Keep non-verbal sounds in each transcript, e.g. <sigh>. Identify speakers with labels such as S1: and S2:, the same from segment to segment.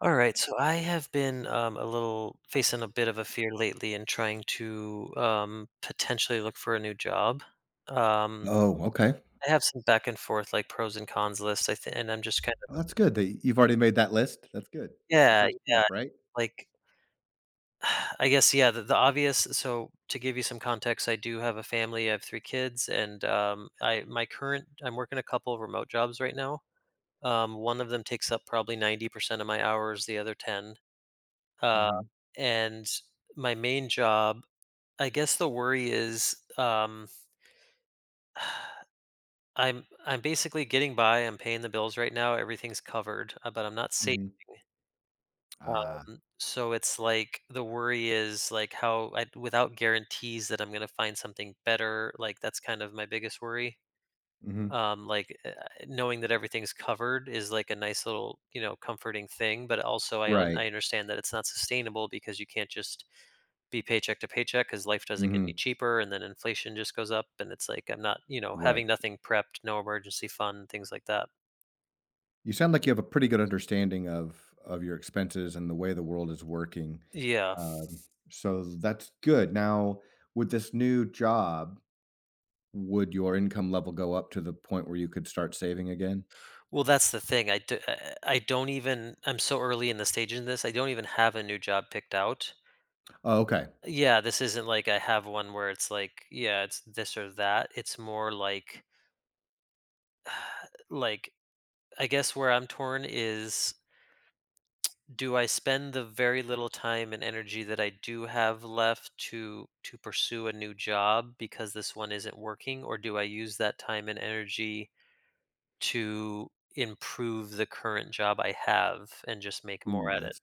S1: All right, so I have been a little facing a bit of a fear lately in trying to potentially look for a new job. Um,
S2: Oh, okay.
S1: I have some back and forth, like pros and cons list, I think, and I'm just kind
S2: Well,
S1: of,
S2: that's good that you've already made that list. That's good. The
S1: yeah,
S2: first
S1: yeah,
S2: step, right?
S1: like, <sighs> I guess, yeah, the obvious. So to give you some context, I do have a family. I have three kids, and I my current I'm working a couple of remote jobs right now. One of them takes up probably 90% of my hours, the other ten, uh,
S2: Mhm,
S1: and my main job I guess the worry is, <sighs> I'm basically getting by, I'm paying the bills right now, everything's covered, but I'm not safe.
S2: mhm. Ah,
S1: So it's like the worry is, like, how I without guarantees that I'm gonna find something better, like, that's kind of my biggest worry.
S2: mhm.
S1: um, like, uh, Knowing that everything's covered is, like, a nice little, comforting thing, but also I un
S2: Right.
S1: I understand that it's not sustainable because you can't just be paycheck to paycheck because life doesn't get any
S2: Mhm.
S1: cheaper, and then inflation just goes up, and it's like I'm not,
S2: Right.
S1: having nothing prepped, no emergency fund, things like that.
S2: You sound like you have a pretty good understanding of your expenses and the way the world is working.
S1: Yeah,
S2: Um, so that's good. Now, with this new job, would your income level go up to the point where you could start saving again?
S1: well, that's the thing. I do, i I don't even i'm so early in the stage in this, I don't even have a new job picked out.
S2: Oh, okay.
S1: Yeah, this isn't like I have one where it's like, yeah, it's this or that. It's more like, like I guess where I'm torn is, do I spend the very little time and energy that I do have left to pursue a new job because this one isn't working, or do I use that time and energy to improve the current job I have and just make more
S2: Ooh,
S1: at it?
S2: that's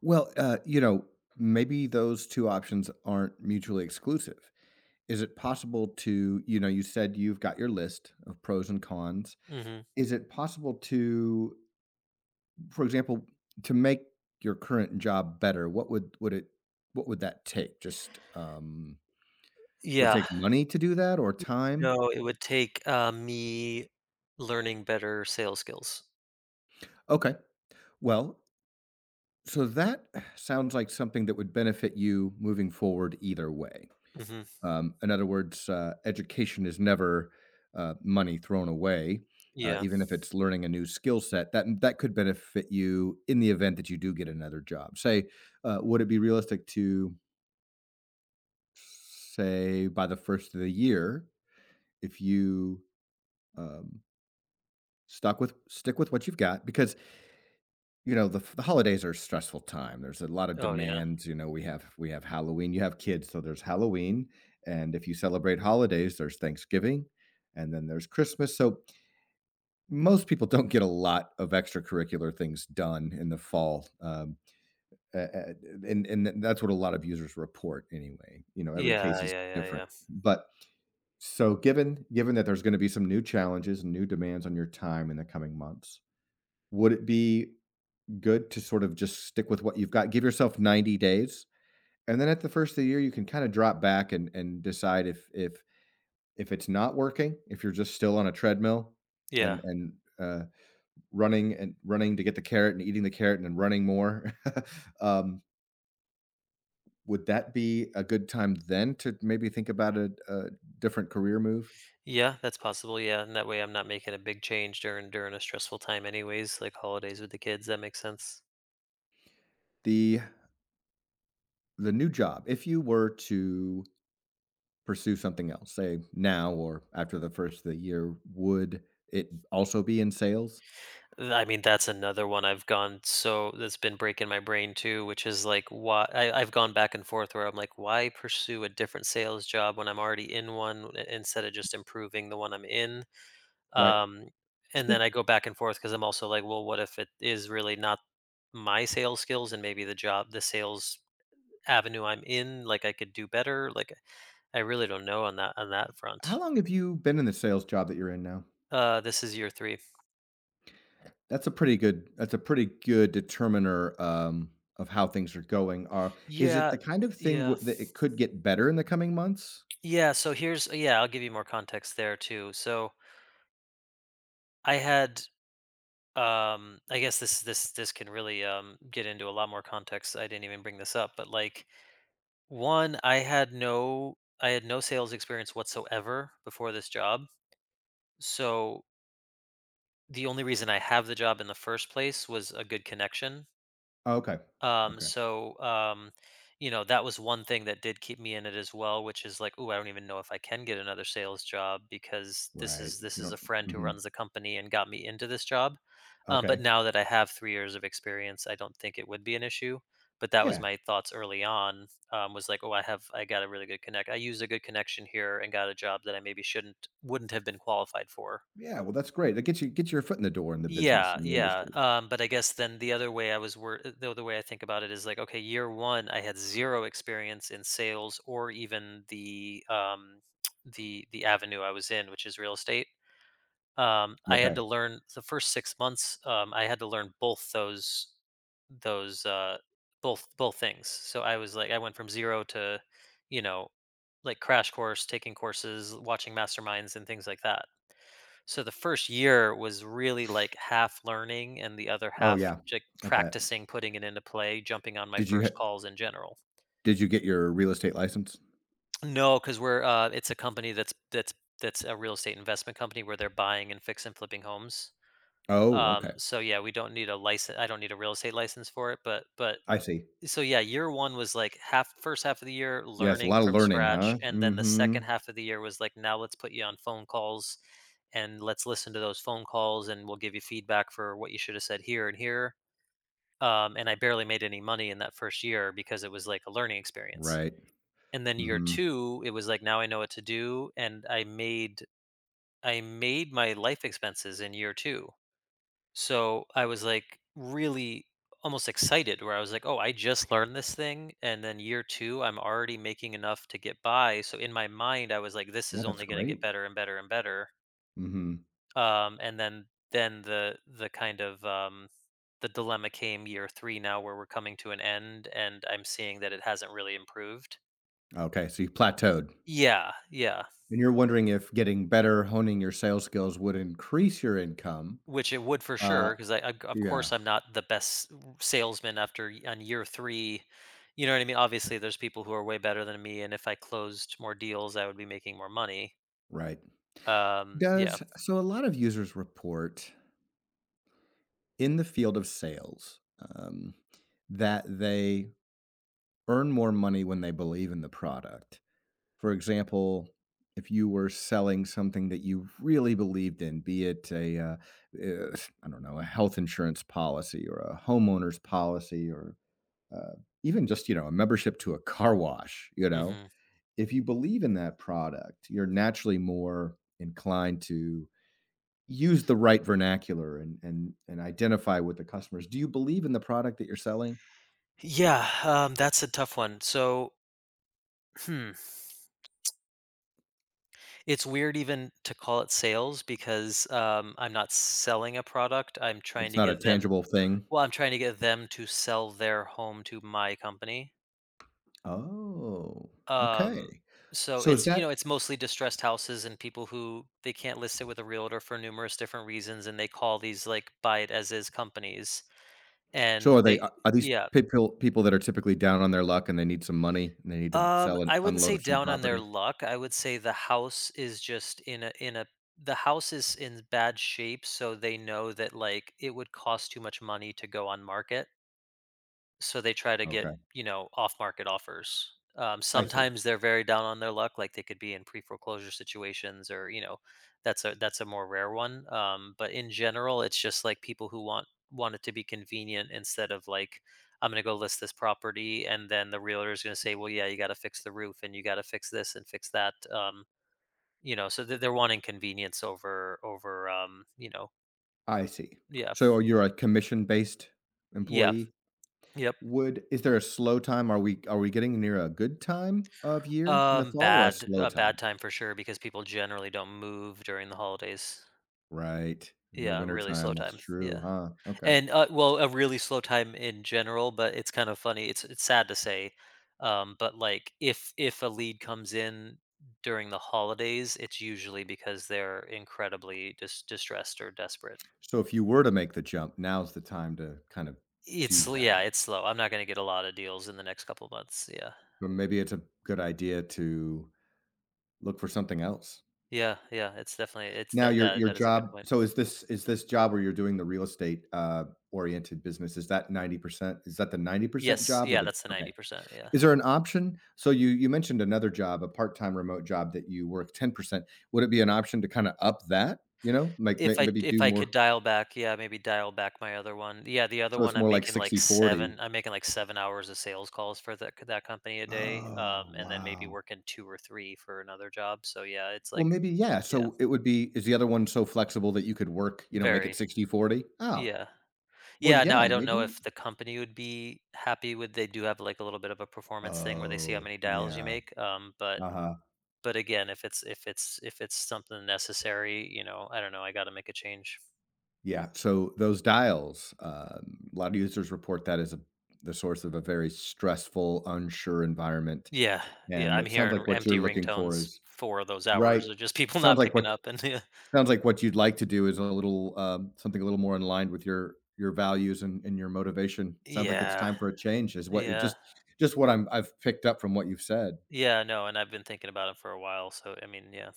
S2: well, uh, you know, maybe those 2 options aren't mutually exclusive. Is it possible to, you said you've got your list of pros and cons.
S1: Mhm.
S2: Is it possible to, for example, to make your current job better, what would it, what would that take? Just, would it
S1: Yeah.
S2: take money to do that or time?
S1: No, it would take, me learning better sales skills.
S2: Okay. Well, so that sounds like something that would benefit you moving forward either way.
S1: Mhm.
S2: In other words, education is never money thrown away,
S1: Yeah.
S2: even if it's learning a new skill set that could benefit you in the event that you do get another job. Say, would it be realistic to say by the first of the year if you um, stuck with stick with what you've got? Because you know, the holidays are a stressful time. There's a lot of
S1: Oh, yeah.
S2: demands, you know, we have Halloween. You have kids, so there's Halloween, and if you celebrate holidays, there's Thanksgiving, and then there's Christmas. So, most people don't get a lot of extracurricular things done in the fall, a and that's what a lot of users report anyway. You know, every case
S1: Yeah,
S2: is
S1: yeah, yeah,
S2: different.
S1: yeah.
S2: But so given that there's gonna be some new challenges and new demands on your time in the coming months, would it be good to sort of just stick with what you've got. Give yourself 90 days, and then at the first of the year, you can kind of drop back and decide if it's not working, if you're just still on a treadmill
S1: Yeah.
S2: and uh, running and running to get the carrot and eating the carrot and then running more, <laughs> um, would that be a good time then to maybe think about a different career move?
S1: Yeah, that's possible. Yeah, and that way I'm not making a big change during a stressful time anyways, like holidays with the kids. That makes sense.
S2: The the new job, if you were to pursue something else, say, now or after the first of the year, would it also be in sales?
S1: I mean, that's another one I've gone so that's been breaking my brain too, which is like, why I've gone back and forth where I'm like, why pursue a different sales job when I'm already in one, instead of just improving the one I'm in?
S2: Right.
S1: Um, and
S2: Speak,
S1: then I go back and forth because I'm also like, well, what if it is really not my sales skills, and maybe the job, the sales avenue I'm in, like, I could do better. Like, I really don't know on that front.
S2: how long have you been in the sales job that you're in now?
S1: This is year three.
S2: That's a pretty good, that's a pretty good determiner, of how things are going. Are Is it
S1: Yeah,
S2: the kind of thing
S1: yeah,
S2: w that it could get better in the coming months?
S1: yeah. So here's yeah, I'll give you more context there too. So I had I guess this can really get into a lot more context. I didn't even bring this up, but like, one, I had no sales experience whatsoever before this job. So the only reason I have the job in the first place was a good connection.
S2: Oh, okay.
S1: Um,
S2: Okay.
S1: so, um, that was one thing that did keep me in it as well, which is like, oh, I don't even know if I can get another sales job because this
S2: Right.
S1: is this
S2: You
S1: is a
S2: don't,
S1: friend who
S2: mhm.
S1: runs the company and got me into this job. But
S2: Okay.
S1: now that I have 3 years of experience, I don't think it would be an issue. But that was
S2: Yeah.
S1: my thoughts early on. Was like, oh, I got a really good connect. I used a good connection here and got a job that I maybe shouldn't wouldn't have been qualified for.
S2: Yeah, well, that's great. That gets you gets your foot in the door in the business
S1: Yeah,
S2: and the
S1: yeah.
S2: industry.
S1: But I guess then the other way I think about it is like, okay, year one, I had zero experience in sales or even the <tsk> the avenue I was in, which is real estate. I had
S2: Okay.
S1: to learn the first 6 months. I had to learn both those both both things. So I was like, I went from zero to, you know, like, crash course, taking courses, watching masterminds, and things like that. So the first year was really like half learning and the other
S2: Oh,
S1: half
S2: yeah.
S1: like
S2: I bet.
S1: practicing, putting it into play, jumping on my
S2: Did you ha
S1: first calls in general.
S2: Did you get your real estate license?
S1: No, because we're it's a company that's a real estate investment company where they're buying and fix and flipping homes.
S2: Oh, okay.
S1: So yeah, we don't need a license. I don't need a real estate license for it, but
S2: I see.
S1: so yeah, year 1 was like half, first half of the year
S2: Yeah, it's a
S1: learning
S2: lot of
S1: from
S2: learning,
S1: scratch,
S2: huh?
S1: and then the second
S2: Mhm.
S1: half of the year was like, now let's put you on phone calls, and let's listen to those phone calls, and we'll give you feedback for what you should have said here and here. And I barely made any money in that first year because it was like a learning experience.
S2: Right.
S1: And then year
S2: Mhm.
S1: two, it was like, now I know what to do, and I made my life expenses in year two. So I was like really almost excited where I was like, oh, I just learned this thing. And then year two, I'm already making enough to get by. So in my mind, I was like, this
S2: Yeah,
S1: is
S2: that's
S1: only going to get
S2: great.
S1: better and better and better.
S2: Mhm.
S1: And then the kind of, the dilemma came year three now where we're coming to an end, and I'm seeing that it hasn't really improved.
S2: Okay, so you plateaued,
S1: Yeah. Yeah.
S2: and you're wondering if getting better, honing your sales skills would increase your income.
S1: Which it would for
S2: Uh,
S1: sure, 'cause I of course,
S2: yeah,
S1: I'm not the best salesman after y on year 3, you know what I mean? Obviously, there's people who are way better than me, and if I closed more deals, I would be making more money.
S2: right.
S1: Yeah.
S2: Does, so a lot of users report in the field of sales, that they earn more money when they believe in the product. For example, if you were selling something that you really believed in, be it a, uh, I don't know, a health insurance policy or a homeowner's policy or uh, even just, you know, a membership to a car wash, you know,
S1: Mhm.
S2: if you believe in that product, you're naturally more inclined to use the right vernacular and identify with the customers. Do you believe in the product that you're selling?
S1: Yeah, that's a tough one. So, hmm, it's weird even to call it sales because, I'm not selling a product. I'm trying
S2: It's
S1: to
S2: not a
S1: get them
S2: tangible thing.
S1: Well, I'm trying to get them to sell their home to my company.
S2: Oh,
S1: Um,
S2: okay.
S1: so
S2: So is
S1: it's you
S2: that
S1: know it's mostly distressed houses and people who they can't list it with a realtor for numerous different reasons, and they call these like buy it as is companies, and
S2: So are they,
S1: they
S2: are these
S1: yeah.
S2: people people that are typically down on their luck and they need some money and they need to
S1: Um,
S2: sell and
S1: I wouldn't say
S2: unload some
S1: down on their
S2: property?
S1: luck. I would say the house is just in a the house is in bad shape, so they know that, like, it would cost too much money to go on market, so they try to get,
S2: Okay.
S1: off market offers.
S2: I see.
S1: Sometimes they're very down on their luck, like they could be in pre foreclosure situations, or, that's a more rare one. But in general, it's just like people who want it to be convenient, instead of like, I'm going to go list this property, and then the realtor is going to say, well, yeah, you got to fix the roof, and you got to fix this and fix that. So they're wanting convenience over.
S2: I see.
S1: Yeah,
S2: So you're a commission-based
S1: yeah,
S2: employee?
S1: yep.
S2: Would Is there a slow time? Are we getting near a good time of year in the fall or a
S1: Bad
S2: slow
S1: a bad
S2: time?
S1: time for sure because people generally don't move during the holidays.
S2: Right. In the
S1: Yeah,
S2: winter
S1: really slow
S2: time. That's
S1: time.
S2: true,
S1: Yeah.
S2: huh? Okay.
S1: And well, a really slow time in general, but it's kind of funny. It's sad to say. But like, if a lead comes in during the holidays, it's usually because they're incredibly distressed or desperate.
S2: So if you were to make the jump, now's the time to kind of
S1: It's
S2: do
S1: Yeah,
S2: that.
S1: it's slow. I'm not going to get a lot of deals in the next couple months. Yeah.
S2: But maybe it's a good idea to look for something else.
S1: Yeah, yeah, it's
S2: Now
S1: that that
S2: your
S1: that is a good
S2: job,
S1: point.
S2: so is this, is this job where you're doing the real estate, oriented business, is that 90%? Is that the 90%
S1: Yes,
S2: job or
S1: yeah,
S2: the,
S1: that's the
S2: okay.
S1: 90%. Yeah.
S2: Is there an option? So you mentioned another job, a part-time remote job that you work 10%. Would it be an option to kinda up that, you know? Like,
S1: If I
S2: maybe
S1: if
S2: do
S1: I
S2: more,
S1: could dial back, yeah, maybe dial back my other one. Yeah, the other
S2: so
S1: one
S2: it's
S1: I'm
S2: more like
S1: making like
S2: 60-40.
S1: 7 I'm making like 7 hours of sales calls for that company a day,
S2: Oh,
S1: and then maybe
S2: wow.
S1: working 2 or 3 for another job. So, yeah, it's
S2: Well,
S1: like,
S2: maybe, yeah,
S1: yeah,
S2: so it would be, is the other one so flexible that you could work, you know, make it
S1: very.
S2: 60-40. Oh,
S1: Yeah.
S2: well,
S1: Yeah. Now,
S2: yeah,
S1: I don't know
S2: maybe.
S1: if the company would be happy with, they do have, like, a little bit of a performance thing where they see how
S2: Oh,
S1: many dials you
S2: yeah.
S1: make, um, but
S2: Uh-huh.
S1: but again, if it's something necessary, I don't know, I gotta make a change.
S2: Yeah, so those dials, a lot of users report that as a the source of a very stressful, unsure environment,
S1: Yeah, yeah,
S2: and
S1: I'm
S2: it sounds
S1: hearing r
S2: like what
S1: empty
S2: you're looking for
S1: ringtones
S2: is
S1: for those
S2: right.
S1: hours of just people <laughs>
S2: Sounds
S1: not
S2: like what
S1: picking up, and yeah.
S2: sounds like what you'd like to do is a little, something a little more in line with your values and your motivation. Sounds like it's
S1: Yeah,
S2: time for a change is what it
S1: yeah,
S2: just what I've picked up from what you've said.
S1: yeah, no, and I've been thinking about it for a while, so, I mean, yeah.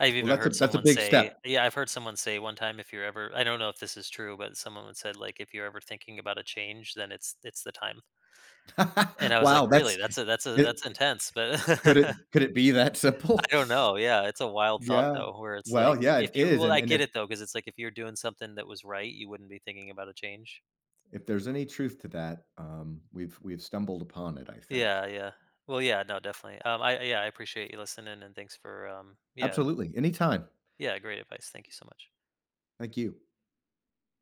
S2: Well, that's a, that's a big step.
S1: I've heard someone say one time, if you're ever I don't know if this is true, but someone would said, like, "If you're ever thinking about a change, then it's the time." And I
S2: <laughs>
S1: was like,
S2: Wow,
S1: "Really?
S2: that's it
S1: That's intense," but
S2: could it,
S1: <laughs>
S2: could it be that
S1: I
S2: simple? <laughs>
S1: don't know, yeah, it's a wild thought,
S2: Yeah.
S1: though, where it's like,
S2: Well, yeah,
S1: if
S2: it
S1: you
S2: is,
S1: well, I
S2: and
S1: get it, though, because it's like, if you're doing something that was right, you wouldn't be thinking about a change.
S2: if there's any truth to that, we've stumbled upon it, I think.
S1: Yeah, yeah. Well, yeah, no, definitely. I yeah, I appreciate you listening, and thanks for, yeah,
S2: Absolutely, anytime.
S1: yeah, great advice. Thank you so much.
S2: Thank you.